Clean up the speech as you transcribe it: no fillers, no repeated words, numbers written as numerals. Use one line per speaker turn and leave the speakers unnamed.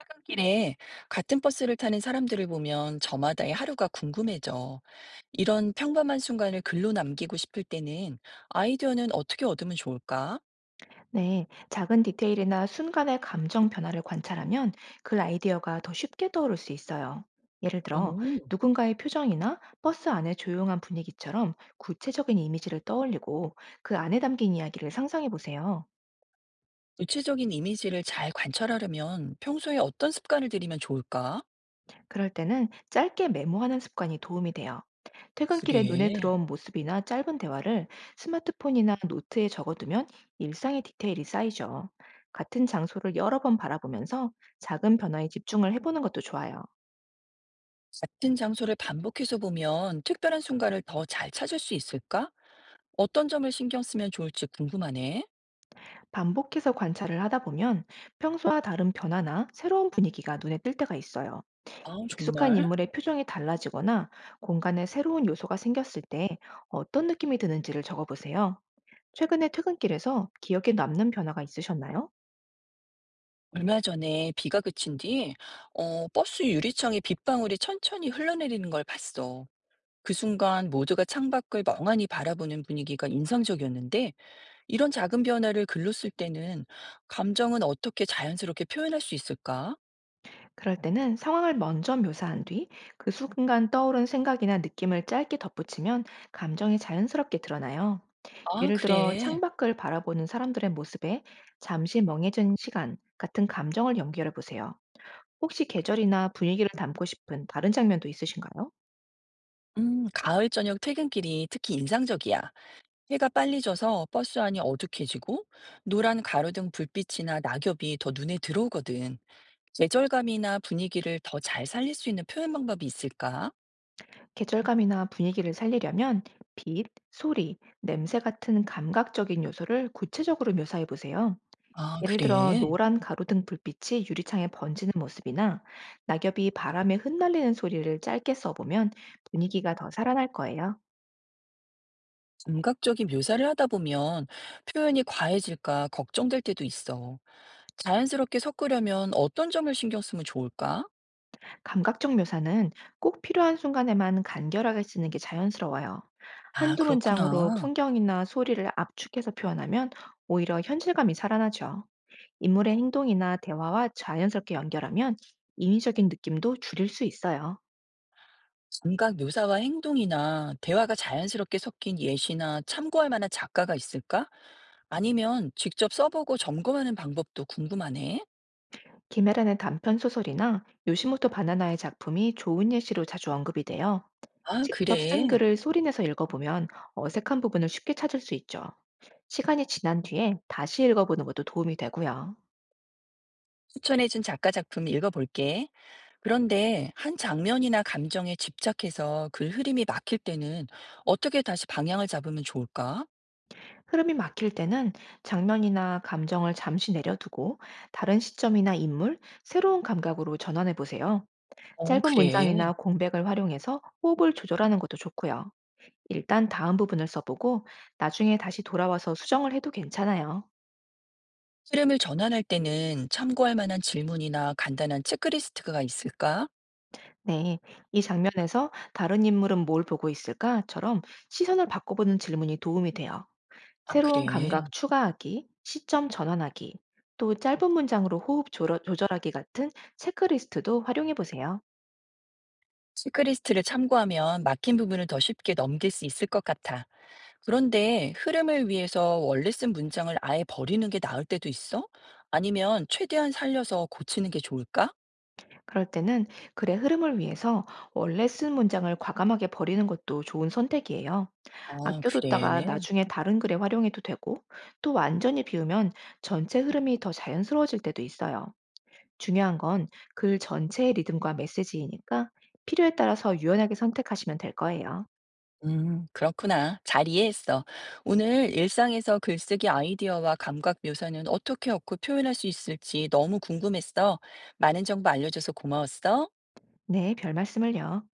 퇴근길에 같은 버스를 타는 사람들을 보면 저마다의 하루가 궁금해져. 이런 평범한 순간을 글로 남기고 싶을 때는 아이디어는 어떻게 얻으면 좋을까?
네, 작은 디테일이나 순간의 감정 변화를 관찰하면 그 아이디어가 더 쉽게 떠오를 수 있어요. 예를 들어,
음,
누군가의 표정이나 버스 안의 조용한 분위기처럼 구체적인 이미지를 떠올리고 그 안에 담긴 이야기를 상상해 보세요.
구체적인 이미지를 잘 관찰하려면 평소에 어떤 습관을 들이면 좋을까?
그럴 때는 짧게 메모하는 습관이 도움이 돼요. 퇴근길에 눈에
그래.
들어온 모습이나 짧은 대화를 스마트폰이나 노트에 적어두면 일상의 디테일이 쌓이죠. 같은 장소를 여러 번 바라보면서 작은 변화에 집중을 해보는 것도 좋아요.
같은 장소를 반복해서 보면 특별한 순간을 더 잘 찾을 수 있을까? 어떤 점을 신경 쓰면 좋을지 궁금하네.
반복해서 관찰을 하다 보면 평소와 다른 변화나 새로운 분위기가 눈에 띌 때가 있어요.
아,
익숙한
정말.
인물의 표정이 달라지거나 공간에 새로운 요소가 생겼을 때 어떤 느낌이 드는지를 적어보세요. 최근에 퇴근길에서 기억에 남는 변화가 있으셨나요?
얼마 전에 비가 그친 뒤, 버스 유리창에 빗방울이 천천히 흘러내리는 걸 봤어. 그 순간 모두가 창밖을 멍하니 바라보는 분위기가 인상적이었는데, 이런 작은 변화를 글로 쓸 때는 감정은 어떻게 자연스럽게 표현할 수 있을까?
그럴 때는 상황을 먼저 묘사한 뒤 그 순간 떠오른 생각이나 느낌을 짧게 덧붙이면 감정이 자연스럽게 드러나요.
아,
예를 들어
그래.
창밖을 바라보는 사람들의 모습에 잠시 멍해진 시간 같은 감정을 연결해 보세요. 혹시 계절이나 분위기를 담고 싶은 다른 장면도 있으신가요?
가을 저녁 퇴근길이 특히 인상적이야. 해가 빨리 져서 버스 안이 어둑해지고, 노란 가로등 불빛이나 낙엽이 더 눈에 들어오거든. 계절감이나 분위기를 더 잘 살릴 수 있는 표현 방법이 있을까?
계절감이나 분위기를 살리려면 빛, 소리, 냄새 같은 감각적인 요소를 구체적으로 묘사해 보세요.
아,
예를 들어
그래.
노란 가로등 불빛이 유리창에 번지는 모습이나 낙엽이 바람에 흩날리는 소리를 짧게 써보면 분위기가 더 살아날 거예요.
감각적인 묘사를 하다 보면 표현이 과해질까 걱정될 때도 있어. 자연스럽게 섞으려면 어떤 점을 신경 쓰면 좋을까?
감각적 묘사는 꼭 필요한 순간에만 간결하게 쓰는 게 자연스러워요.
아,
한두 문장으로
그렇구나.
풍경이나 소리를 압축해서 표현하면 오히려 현실감이 살아나죠. 인물의 행동이나 대화와 자연스럽게 연결하면 인위적인 느낌도 줄일 수 있어요.
감각 묘사와 행동이나 대화가 자연스럽게 섞인 예시나 참고할 만한 작가가 있을까? 아니면 직접 써보고 점검하는 방법도 궁금하네.
김혜란의 단편 소설이나 요시모토 바나나의 작품이 좋은 예시로 자주 언급이 돼요.
아,
직접 쓴
그래.
글을 소리내서 읽어보면 어색한 부분을 쉽게 찾을 수 있죠. 시간이 지난 뒤에 다시 읽어보는 것도 도움이 되고요.
추천해준 작가 작품 읽어볼게. 그런데 한 장면이나 감정에 집착해서 글 흐름이 막힐 때는 어떻게 다시 방향을 잡으면 좋을까?
흐름이 막힐 때는 장면이나 감정을 잠시 내려두고 다른 시점이나 인물, 새로운 감각으로 전환해 보세요.
어,
짧은
그래.
문장이나 공백을 활용해서 호흡을 조절하는 것도 좋고요. 일단 다음 부분을 써보고 나중에 다시 돌아와서 수정을 해도 괜찮아요.
흐름을 전환할 때는 참고할 만한 질문이나 간단한 체크리스트가 있을까?
네, 이 장면에서 다른 인물은 뭘 보고 있을까?처럼 시선을 바꿔보는 질문이 도움이 돼요.
아,
새로운
그래.
감각 추가하기, 시점 전환하기, 또 짧은 문장으로 호흡 조절하기 같은 체크리스트도 활용해 보세요.
체크리스트를 참고하면 막힌 부분을 더 쉽게 넘길 수 있을 것 같아. 그런데 흐름을 위해서 원래 쓴 문장을 아예 버리는 게 나을 때도 있어? 아니면 최대한 살려서 고치는 게 좋을까?
그럴 때는 글의 흐름을 위해서 원래 쓴 문장을 과감하게 버리는 것도 좋은 선택이에요.
아,
아껴뒀다가
그래.
나중에 다른 글에 활용해도 되고, 또 완전히 비우면 전체 흐름이 더 자연스러워질 때도 있어요. 중요한 건 글 전체의 리듬과 메시지이니까 필요에 따라서 유연하게 선택하시면 될 거예요.
그렇구나. 잘 이해했어. 오늘 일상에서 글쓰기 아이디어와 감각 묘사는 어떻게 얻고 표현할 수 있을지 너무 궁금했어. 많은 정보 알려줘서 고마웠어.
네, 별 말씀을요.